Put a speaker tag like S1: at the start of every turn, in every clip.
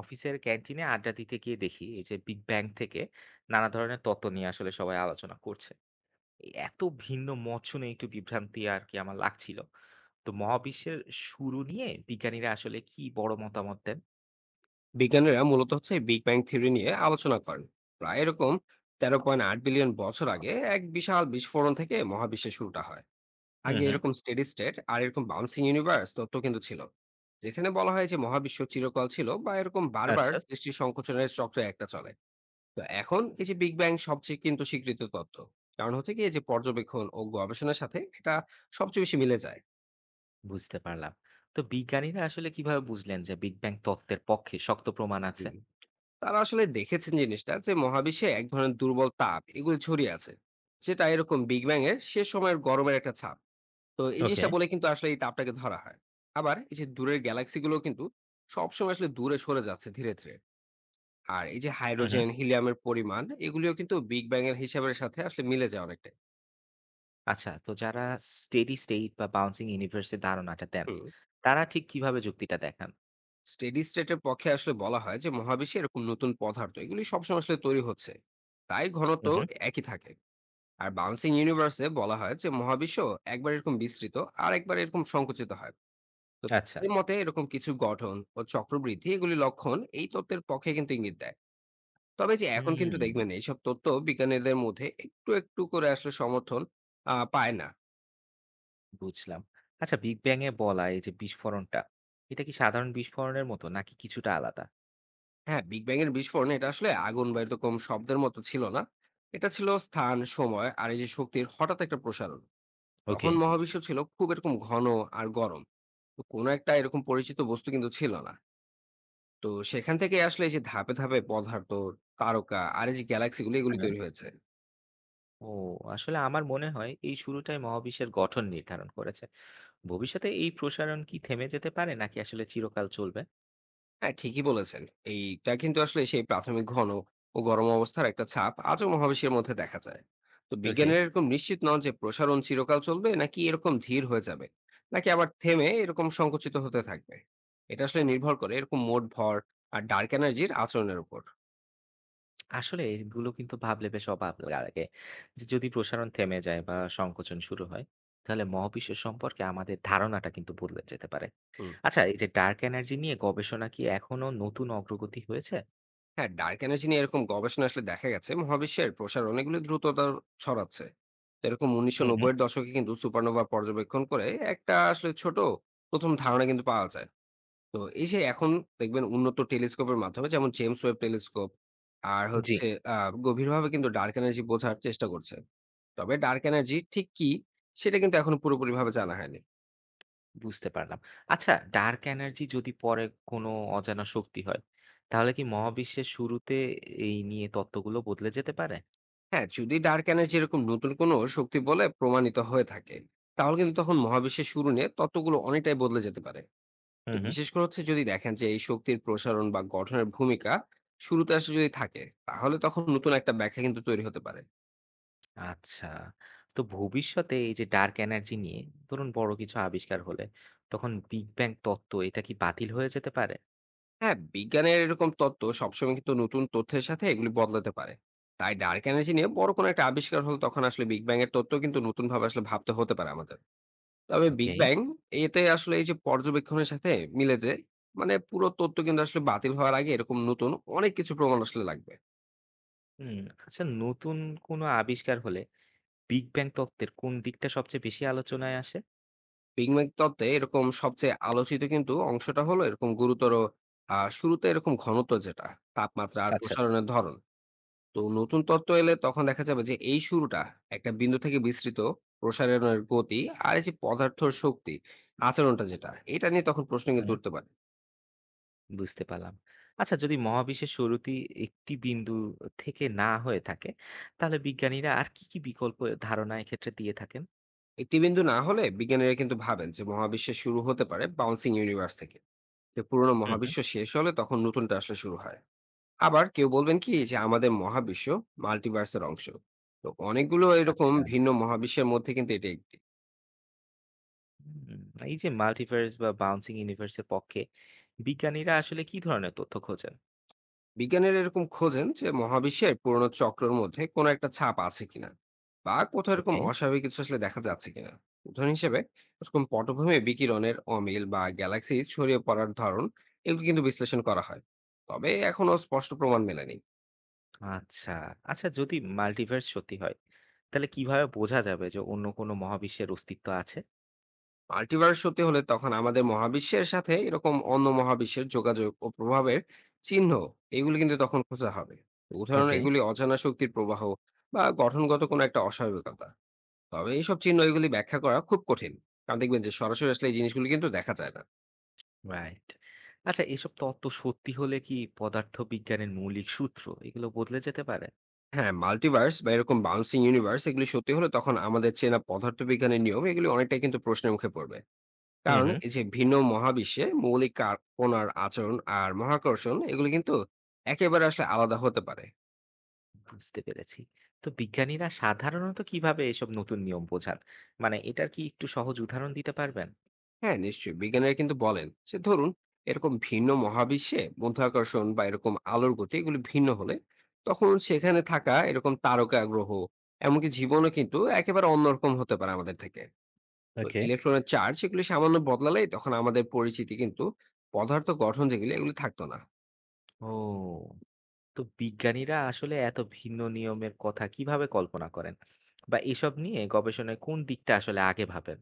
S1: অফিসের ক্যান্টিনে আড্ডা দিতে গিয়ে দেখি, এই যে বিগ ব্যাং থেকে নানা ধরনের তত্ত্ব নিয়ে আসলে সবাই আলোচনা করছে। এত ভিন্ন মত শুনে একটু বিভ্রান্তি আর কি আমার লাগছিল। তো মহাবিশ্বের শুরু নিয়ে বিজ্ঞানীরা আসলে কি বড় মতামত দেন?
S2: বিজ্ঞানীরা মূলত হচ্ছে বিগ ব্যাং থিওরি নিয়ে আলোচনা করেন। প্রায় এরকম 13.8 বিলিয়ন বছর আগে এক বিশাল বিস্ফোরণ থেকে মহাবিশ্বের শুরুটা হয়।
S1: হুম,
S2: আগে
S1: হুম।
S2: এরকম স্টেডি স্টেট আর এরকম বাউন্সিং ইউনিভার্স তত্ত্ব কিন্তু ছিল, যেখানে বলা হয় যে মহাবিশ্ব চিরকাল ছিল বা এরকম বারবার
S1: আচ্ছা,
S2: সৃষ্টি সংকোচনের চক্রে একটা চলে। তো এখন এই যে বিগ ব্যাং সবচেয়ে কিন্তু স্বীকৃত তত্ত্ব, কারণ হচ্ছে কি এই যে পর্যবেক্ষণ ও গবেষণার সাথে এটা সবচেয়ে বেশি মিলে যায়।
S1: বুঝতে পারলাম। তো বিজ্ঞানীরা আসলে কিভাবে বুঝলেন যে বিগ ব্যাং তত্ত্বের পক্ষে শক্ত প্রমাণ আছে?
S2: হুম। তারা আসলে দেখেছেন জিনিসটা, যে মহাবিশ্বে এক ধরনের দুর্বল তাপ এগুলো ছড়িয়ে আছে। সেটা এরকম বিগ ব্যাং এর শেষ সময়ের গরমের একটা ছাপ। তো এই
S1: ওকে।
S2: জিনিসটা বলে কিন্তু আসলে এই তাপটাকে ধরা হয়। আবার এই যে দূরের গ্যালাক্সি গুলো কিন্তু সবসময় আসলে দূরে সরে যাচ্ছে ধীরে ধীরে। আর এই যে
S1: হুম, হুম।
S2: হাইড্রোজেন হিলিয়ামের পরিমাণ এগুলিও কিন্তু বিগ ব্যাং এর হিসাবের সাথে আসলে মিলে যায় অনেকটাই।
S1: আচ্ছা, তো যারা স্টেডি স্টেট বা বাউন্সিং ইউনিভার্সের ধারণাটা দেন,
S2: হুম।
S1: তারা ঠিক কিভাবে যুক্তিটা দেখান?
S2: স্টেডি স্টেটের পক্ষে আসলে বলা হয় যে মহাবিশ্বে এরকম নতুন পদার্থ এগুলি সবসময় আসলে তৈরি হচ্ছে, তাই ঘনত্ব
S1: হুম, হুম।
S2: একই থাকে। আর বাউন্সিং ইউনিভার্সে বলা হয় যে মহাবিশ্ব একবার এরকম বিস্তৃত আর একবার এরকম সংকুচিত হয়। তো
S1: আচ্ছা।
S2: এর মতে এরকম কিছু গঠন ও চক্রবৃদ্ধি এগুলি লক্ষণ এই তত্ত্বের পক্ষে কিন্তু ইঙ্গিত দেয়। তবে যে এখন কিন্তু
S1: হুম।
S2: দেখবেন এইসব তত্ত্ব বিজ্ঞানীদের মধ্যে একটু একটু করে আসলে সমর্থন পায় না।
S1: বুঝলাম। আচ্ছা, বিগ ব্যাং এ বলা এই যে বিস্ফোরণটা, এটা কি সাধারণ বিস্ফোরণের মতো নাকি কিছুটা আলাদা?
S2: হ্যাঁ, বিগ ব্যাং এর বিস্ফোরণ এটা আসলে আগুন বা এরকম শব্দের মতো ছিল না। এটা ছিল স্থান সময় আর এই যে শক্তির হঠাৎ একটা প্রসারণ।
S1: ওকে।
S2: তখন মহাবিশ্ব ছিল খুব এরকম ঘন আর গরম। তো কোনো একটা এরকম পরিচিত বস্তু কিন্তু ছিল না। তো সেখান থেকে আসলে এই যে ধাপে ধাপে পদার্থ, তারকা আর এই যে গ্যালাক্সি গুলো এগুলি
S1: হ্যাঁ।
S2: তৈরি হয়েছে।
S1: ও, আসলে আমার মনে হয় এই শুরুটাই মহাবিশ্বের গঠন নির্ধারণ করেছে। ভবিষ্যতে এই প্রসারণ কি থেমে যেতে পারে নাকি আসলে চিরকাল চলবে?
S2: হ্যাঁ, ঠিকই বলেছেন। এইটা কিন্তু আসলে সেই প্রাথমিক ঘন ও গরম অবস্থার একটা ছাপ আজও মহাবিশ্বের মধ্যে দেখা যায়। তো
S1: ওকে।
S2: বিজ্ঞানীরা এরকম নিশ্চিত নন যে প্রসারণ চিরকাল চলবে নাকি এরকম ধীর হয়ে যাবে, নাকি আবার থেমে এরকম সংকুচিত হতে থাকবে। এটা আসলে নির্ভর করে এরকম মোট ভর আর ডার্ক এনার্জির আচরণের উপর।
S1: আসলে এগুলো কিন্তু ভাবলে বেশ অবাক লাগে, যে যদি প্রসারণ থেমে যায় বা সংকোচন শুরু হয়, তাহলে মহাবিশ্ব সম্পর্কে আমাদের ধারণাটা কিন্তু বদলে যেতে পারে।
S2: হুম।
S1: আচ্ছা, এই যে ডার্ক এনার্জি নিয়ে গবেষণা কি এখনো নতুন অগ্রগতি হয়েছে?
S2: হ্যাঁ, ডার্ক এনার্জি নিয়ে এরকম গবেষণা আসলে দেখা গেছে মহাবিশ্বের প্রসার অনেকগুলো দ্রুততা ছড়াচ্ছে। তো এরকম উনিশশো
S1: হুম, হুম।
S2: নব্বই এর দশকে কিন্তু সুপারনোভা পর্যবেক্ষণ করে একটা আসলে ছোট প্রথম ধারণা কিন্তু পাওয়া যায়। তো এই যে এখন দেখবেন উন্নত টেলিস্কোপের মাধ্যমে যেমন জেমস ওয়েব টেলিস্কোপ আর
S1: জি।
S2: হচ্ছে গভীরভাবে কিন্তু ডার্ক এনার্জি বোঝার চেষ্টা করছে। তবে ডার্ক এনার্জি ঠিক কি সেটা কিন্তু এখন পুরোপুরিভাবে জানা হয়নি।
S1: বুঝতে পারলাম। আচ্ছা, ডার্ক এনার্জি যদি পরে কোনো অজানা শক্তি হয়, তাহলে কি মহাবিশ্বের শুরুতে এই নিয়ে তত্ত্বগুলো বদলে যেতে পারে?
S2: হ্যাঁ, যদি ডার্ক এনার্জি এরকম নতুন কোনো শক্তি বলে প্রমাণিত হয়ে থাকে তাহলে কিন্তু তখন মহাবিশ্বের শুরু নিয়ে তত্ত্বগুলো অনেকটাই বদলে যেতে পারে। তো
S1: হুম, হুম।
S2: বিশেষ করে হচ্ছে যদি দেখেন যে এই শক্তির প্রসারণ বা গঠনের ভূমিকা শুরুতে আসলে যদি থাকে তাহলে তখন নতুন একটা ব্যাখ্যা কিন্তু তৈরি হতে পারে।
S1: আচ্ছা। তো ভবিষ্যতে এই যে ডার্ক এনার্জি নিয়ে ধরুন বড় কিছু আবিষ্কার হলে, তখন বিগ ব্যাং তত্ত্ব এটা কি বাতিল হয়ে যেতে পারে?
S2: হ্যাঁ, বিজ্ঞানের এরকম তত্ত্ব সবসময় কিন্তু নতুন তথ্যের সাথে এগুলি বদলাতে পারে। তাই ডার্ক এনার্জি নিয়ে বড় কোনো একটা আবিষ্কার হলে তখন আসলে বিগ ব্যাং এর তত্ত্ব কিন্তু নতুন ভাবে আসলে ভাবতে হতে পারে আমাদের। তবে বিগ
S1: ওকে।
S2: ব্যাং এতে আসলে এই যে পর্যবেক্ষণের সাথে মিলে যে, মানে পুরো তত্ত্ব কিন্তু আসলে বাতিল হওয়ার আগে এরকম নতুন অনেক কিছু প্রমাণ আসলে লাগবে।
S1: হুম। আচ্ছা, নতুন কোনো আবিষ্কার হলে বিগ ব্যাং তত্ত্বের কোন দিকটা সবচেয়ে বেশি আলোচনায় আসে?
S2: বিগ ব্যাং তত্ত্বে এরকম সবচেয়ে আলোচিত কিন্তু অংশটা হলো এরকম গুরুতর শুরুতে এরকম ঘনত্ব যেটা, তাপমাত্রা আর
S1: আচ্ছা, আচ্ছা।
S2: প্রসারণের ধরন। তো নতুন তত্ত্ব এলে তখন দেখা যাবে যে এই শুরুটা একটা বিন্দু থেকে বিস্তৃত, প্রসারণের গতি আর এই যে পদার্থর শক্তি আচরণটা যেটা এটা নিয়ে তখন প্রশ্ন কিন্তু
S1: হুম।
S2: উঠতে পারে।
S1: বুঝতে পারলাম। আচ্ছা, যদি মহাবিশ্বের শুরুতেই একটি বিন্দু থেকে না হয়ে থাকে, তাহলে বিজ্ঞানীরা আর কি, কি বিকল্প ধারণা এক্ষেত্রে দিয়ে থাকেন?
S2: একটি বিন্দু না হলে বিজ্ঞানীরা কিন্তু ভাবেন যে মহাবিশ্বের শুরু হতে পারে বাউন্সিং ইউনিভার্স থেকে, যে পুরোনো
S1: হুম, হুম।
S2: মহাবিশ্ব শেষ হলে তখন নতুনটা আসলে শুরু হয়। আবার কেউ বলবেন কি যে আমাদের মহাবিশ্ব মাল্টিভার্সের অংশ। তো অনেকগুলো এরকম
S1: আচ্ছা।
S2: ভিন্ন মহাবিশ্বের মধ্যে কিন্তু এটা একটি।
S1: হুম, এই যে মাল্টিভার্স বা বাউন্সিং ইউনিভার্স এর পক্ষে বিজ্ঞানীরা আসলে কি ধরনের তথ্য খোঁজেন?
S2: বিজ্ঞানীরা এরকম খোঁজেন যে মহাবিশ্বের পুরনো চক্রের মধ্যে কোনো একটা ছাপ আছে কিনা, বা কোথাও এরকম
S1: ওকে।
S2: অস্বাভাবিক কিছু আসলে দেখা যাচ্ছে কিনা। উদাহরণ হিসেবে এরকম পটভূমি বিকিরণের অমিল বা গ্যালাক্সি ছড়িয়ে পড়ার ধরন, এগুলো কিন্তু বিশ্লেষণ করা হয়। তবে এখনো স্পষ্ট প্রমাণ মেলেনি।
S1: আচ্ছা। আচ্ছা, যদি মাল্টিভার্স সত্যি হয়, তাহলে কিভাবে বোঝা যাবে যে অন্য কোনো মহাবিশ্বের অস্তিত্ব আছে?
S2: মাল্টিভার্স সত্যি হলে তখন আমাদের মহাবিশ্বের সাথে এরকম অন্য মহাবিশ্বের যোগাযোগ ও প্রভাবের চিহ্ন এগুলো কিন্তু তখন খোঁজা হবে। উদাহরণ
S1: ওকে।
S2: এগুলি অজানা শক্তির প্রবাহ বা গঠনগত কোনো একটা অস্বাভাবিকতা। তবে এইসব চিহ্ন এগুলি ব্যাখ্যা করা খুব কঠিন, কারণ দেখবেন যে সরাসরি আসলে এই জিনিসগুলি কিন্তু দেখা যায় না।
S1: রাইট। আচ্ছা, এসব তত্ত্ব সত্যি হলে কি পদার্থবিজ্ঞানের মৌলিক সূত্র এগুলো বদলে যেতে পারে?
S2: হ্যাঁ, মাল্টিভার্স বা এরকম বাউন্সিং ইউনিভার্স এগুলি সত্যি হলে তখন আমাদের চেনা পদার্থবিজ্ঞানের নিয়ম এগুলি অনেকটাই কিন্তু প্রশ্নের মুখে পড়বে।
S1: হুম,
S2: কারণ
S1: হুম।
S2: এই যে ভিন্ন মহাবিশ্বে মৌলিক কণার আচরণ আর মহাকর্ষণ এগুলি কিন্তু একেবারে আসলে আলাদা হতে পারে।
S1: বুঝতে পেরেছি। তো বিজ্ঞানীরা সাধারণত কিভাবে এসব নতুন নিয়ম বোঝান? মানে এটার কি একটু সহজ উদাহরণ দিতে পারবেন?
S2: হ্যাঁ, নিশ্চয়ই, বিজ্ঞানীরা কিন্তু বলেন যে ধরুন এরকম ভিন্ন মহাবিশ্বে মধ্যাকর্ষণ বা এরকম আলোর গতি এগুলি ভিন্ন হলে তখন সেখানে থাকা এরকম তারকা গ্রহ এমনকি জীবনও কিন্তু একেবারে অন্যরকম হতে পারে আমাদের থেকে। তো
S1: ওকে।
S2: ইলেকট্রনের চার্জ এগুলি সামান্য বদলালেই তখন আমাদের পরিচিতি কিন্তু পদার্থ গঠন যেগুলি এগুলি থাকতো না।
S1: ও, তো বিজ্ঞানীরা আসলে এত ভিন্ন নিয়মের কথা কিভাবে কল্পনা করেন? বা এসব নিয়ে গবেষণায় কোন দিকটা আসলে আগে ভাবেন?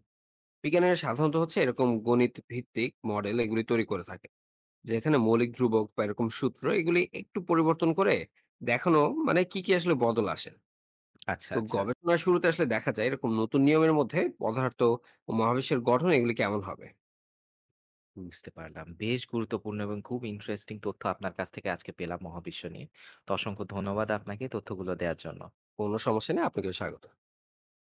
S2: বিজ্ঞানীরা সাধারণত হচ্ছে এরকম গণিত ভিত্তিক মডেল এগুলি তৈরি করে থাকে, যেখানে মৌলিক ধ্রুবক বা এরকম সূত্র এগুলি একটু পরিবর্তন করে দেখানো, মানে কি কি আসলে বদল আসে।
S1: আচ্ছা,
S2: তো
S1: আচ্ছা।
S2: গবেষণার শুরুতে আসলে দেখা যায় এরকম নতুন নিয়মের মধ্যে পদার্থ ও মহাবিশ্বের গঠন এগুলি কেমন হবে।
S1: বুঝতে পারলাম। বেশ গুরুত্বপূর্ণ এবং খুব ইন্টারেস্টিং তথ্য আপনার কাছ থেকে আজকে পেলাম মহাবিশ্ব নিয়ে। তো অসংখ্য ধন্যবাদ আপনাকে তথ্যগুলো দেওয়ার জন্য।
S2: কোনো সমস্যা নেই, আপনাকেও স্বাগত।